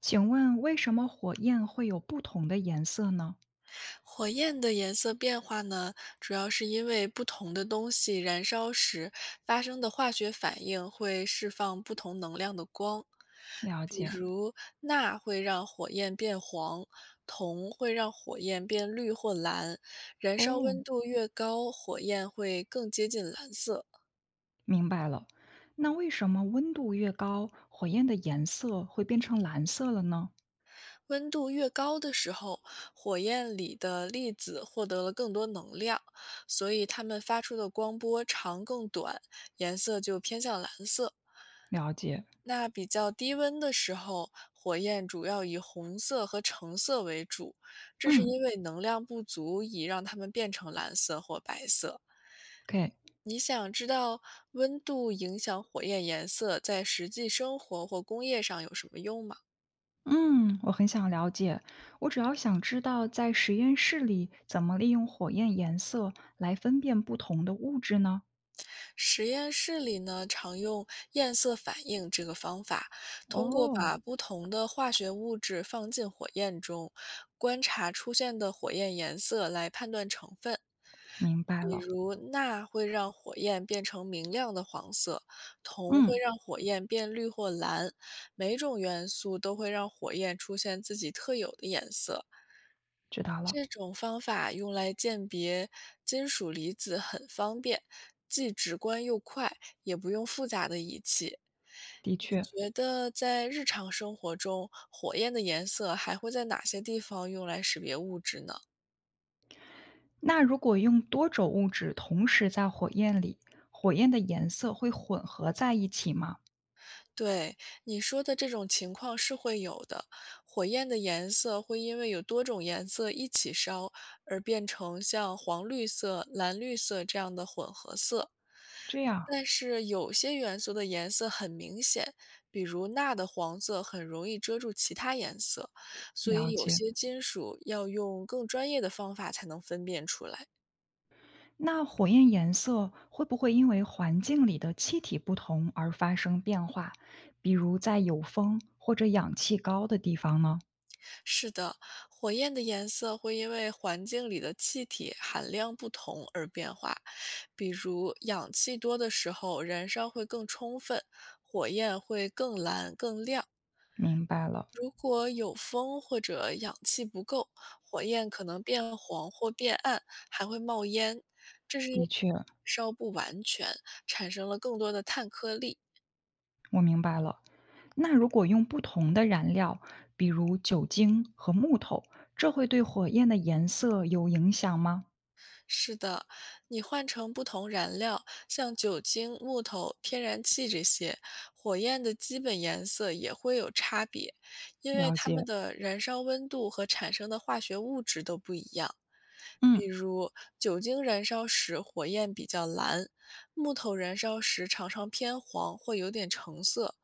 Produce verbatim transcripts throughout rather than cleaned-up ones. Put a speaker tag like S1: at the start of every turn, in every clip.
S1: 请问为什么火焰会有不同的颜色呢？
S2: 火焰的颜色变化呢，主要是因为不同的东西燃烧时发生的化学反应会释放不同能量的光。
S1: 了
S2: 比
S1: 解。
S2: 如，钠会让火焰变黄，铜会让火焰变绿或蓝。燃烧
S1: 哦，
S2: 温度越高，火焰会更接近蓝色。
S1: 明白了。那为什么温度越高，火焰的颜色会变成蓝色了呢？
S2: 温度越高的时候，火焰里的粒子获得了更多能量，所以它们发出的光波长更短，颜色就偏向蓝色。
S1: 了解，
S2: 那比较低温的时候，火焰主要以红色和橙色为主，这是
S1: 嗯
S2: 因为能量不足以让它们变成蓝色或白色。
S1: ，OK。
S2: 你想知道温度影响火焰颜色在实际生活或工业上有什么用吗？
S1: 嗯，我很想了解。我主要想知道在实验室里怎么利用火焰颜色来分辨不同的物质呢？
S2: 实验室里呢，常用焰色反应这个方法，通过
S1: 哦，
S2: 把不同的化学物质放进火焰中，观察出现的火焰颜色来判断成分。
S1: 明白
S2: 比
S1: 了。
S2: 如，钠会让火焰变成明亮的黄色，铜会
S1: 嗯，
S2: 让火焰变绿或蓝，每种元素都会让火焰出现自己特有的颜色。
S1: 知道了，
S2: 这种方法用来鉴别金属离子很方便，既直观又快，也不用复杂的仪器。
S1: 的
S2: 你
S1: 确。
S2: 觉得在日常生活中，火焰的颜色还会在哪些地方用来识别物质呢？
S1: 那如果用多种物质同时在火焰里，火焰的颜色会混合在一起吗？
S2: 对，你说的这种情况是会有的。火焰的颜色会因为有多种颜色一起烧，而变成像黄绿色、蓝绿色这样的混合色。
S1: 这样，
S2: 但是有些元素的颜色很明显，比如钠的黄色很容易遮住其他颜色，所
S1: 了
S2: 以有
S1: 解。
S2: 些金属要用更专业的方法才能分辨出来。
S1: 那火焰颜色会不会因为环境里的气体不同而发生变化？比如在有风或者氧气高的地方呢？
S2: 是的，火焰的颜色会因为环境里的气体含量不同而变化，比如氧气多的时候，燃烧会更充分，火焰会更蓝更亮。
S1: 明白了，
S2: 如果有风或者氧气不够，火焰可能变黄或变暗，还会冒烟。这是因
S1: 的
S2: 为
S1: 确，
S2: 烧不完全，产生了更多的碳颗粒。
S1: 我明白了。那如果用不同的燃料，比如酒精和木头，这会对火焰的颜色有影响吗？
S2: 是的，你换成不同燃料，像酒精、木头、天然气这些，火焰的基本颜色也会有差别，因为
S1: 了
S2: 它们
S1: 解。
S2: 的燃烧温度和产生的化学物质都不一样。
S1: 嗯
S2: 比如酒精燃烧时火焰比较蓝，木头燃烧时常常偏黄或有点橙色。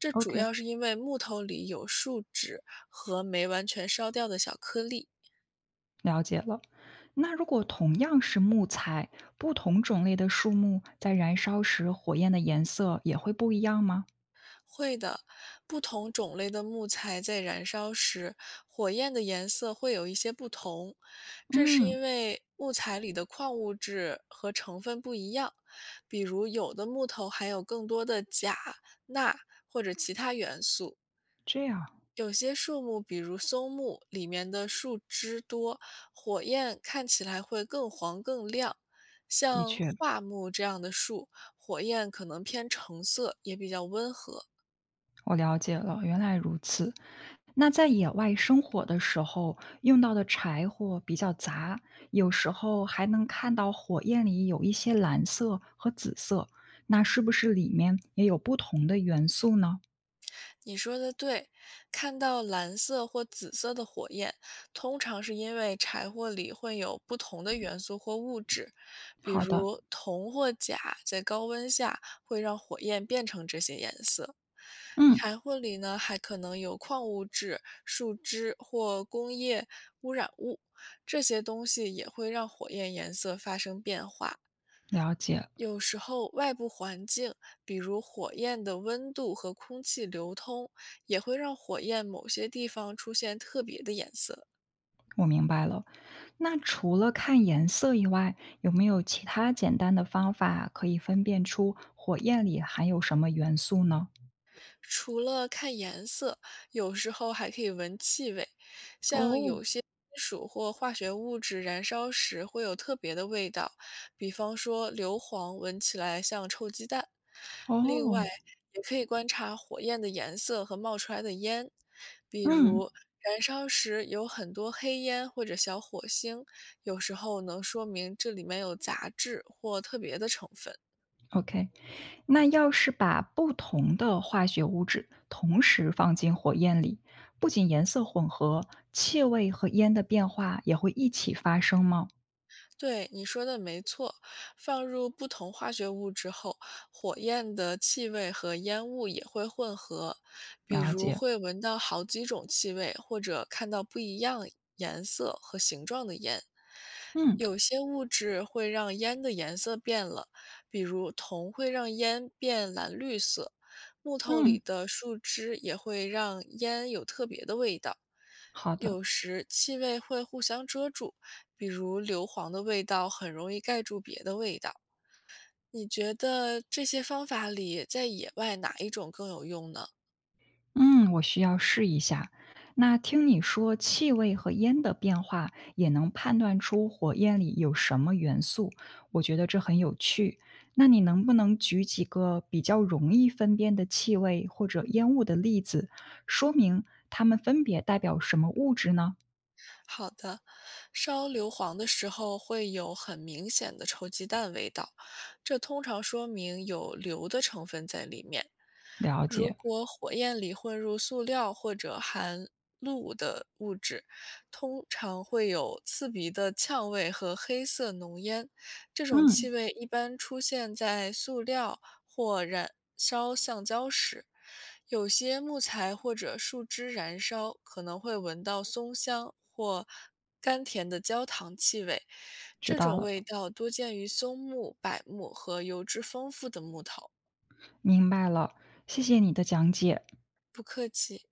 S2: 这主
S1: ，OK。
S2: 要是因为木头里有树脂和没完全烧掉的小颗粒。
S1: 了解了。那如果同样是木材，不同种类的树木在燃烧时，火焰的颜色也会不一样吗？
S2: 会的，不同种类的木材在燃烧时，火焰的颜色会有一些不同，这是
S1: 嗯，
S2: 因为木材里的矿物质和成分不一样。比如，有的木头含有更多的钾、钠或者其他元素，
S1: 这样，
S2: 有些树木，比如松木，里面的树枝多，火焰看起来会更黄更亮。
S1: 的
S2: 像
S1: 确，
S2: 桦木这样的树，火焰可能偏橙色，也比较温和。
S1: 我了解了，原来如此。那在野外生火的时候，用到的柴火比较杂，有时候还能看到火焰里有一些蓝色和紫色，那是不是里面也有不同的元素呢？
S2: 你说的对，看到蓝色或紫色的火焰，通常是因为柴火里混有不同的元素或物质，比
S1: 好的，
S2: 如铜或钾，在高温下会让火焰变成这些颜色。
S1: 嗯，
S2: 柴火里呢，还可能有矿物质、树脂或工业污染物，这些东西也会让火焰颜色发生变化。
S1: 了解。
S2: 有时候，外部环境，比如火焰的温度和空气流通，也会让火焰某些地方出现特别的颜色。
S1: 我明白了。那除了看颜色以外，有没有其他简单的方法可以分辨出火焰里含有什么元素呢？
S2: 除了看颜色，有时候还可以闻气味，像
S1: 哦。
S2: 有些金属或化学物质燃烧时会有特别的味道，比方说硫磺闻起来像臭鸡蛋。另外，
S1: 哦。
S2: 也可以观察火焰的颜色和冒出来的烟，比
S1: 嗯
S2: 如燃烧时有很多黑烟或者小火星，有时候能说明这里面有杂质或特别的成分。
S1: ，OK。那要是把不同的化学物质同时放进火焰里，不仅颜色混合，气味和烟的变化也会一起发生吗？
S2: 对，你说的没错。放入不同化学物质后，火焰的气味和烟雾也会混合，比
S1: 了
S2: 如
S1: 解。
S2: 会闻到好几种气味，或者看到不一样颜色和形状的烟。
S1: 嗯
S2: 有些物质会让烟的颜色变了，比如铜会让烟变蓝绿色，木头
S1: 嗯，
S2: 里的树枝也会让烟有特别的味道。
S1: 好的。
S2: 有时气味会互相遮住，比如硫磺的味道很容易盖住别的味道。你觉得这些方法里，在野外哪一种更有用呢？
S1: 嗯，我需要试一下。那听你说气味和烟的变化也能判断出火焰里有什么元素，我觉得这很有趣。那你能不能举几个比较容易分辨的气味或者烟雾的例子，说明它们分别代表什么物质呢？
S2: 好的，烧硫磺的时候会有很明显的臭鸡蛋味道，这通常说明有硫的成分在里面。
S1: 了
S2: 如
S1: 解，
S2: 果火焰里混入塑料或者含氯的物质，通常会有刺鼻的呛味和黑色浓烟。这种
S1: 嗯，
S2: 气味一般出现在塑料或燃烧橡胶时。有些木材或者树枝燃烧可能会闻到松香或甘甜的焦糖气味，
S1: 知
S2: 这
S1: 道
S2: 种
S1: 了，
S2: 味道多见于松木、柏木和油脂丰富的木头。
S1: 明白了，谢谢你的讲解。
S2: 不客气。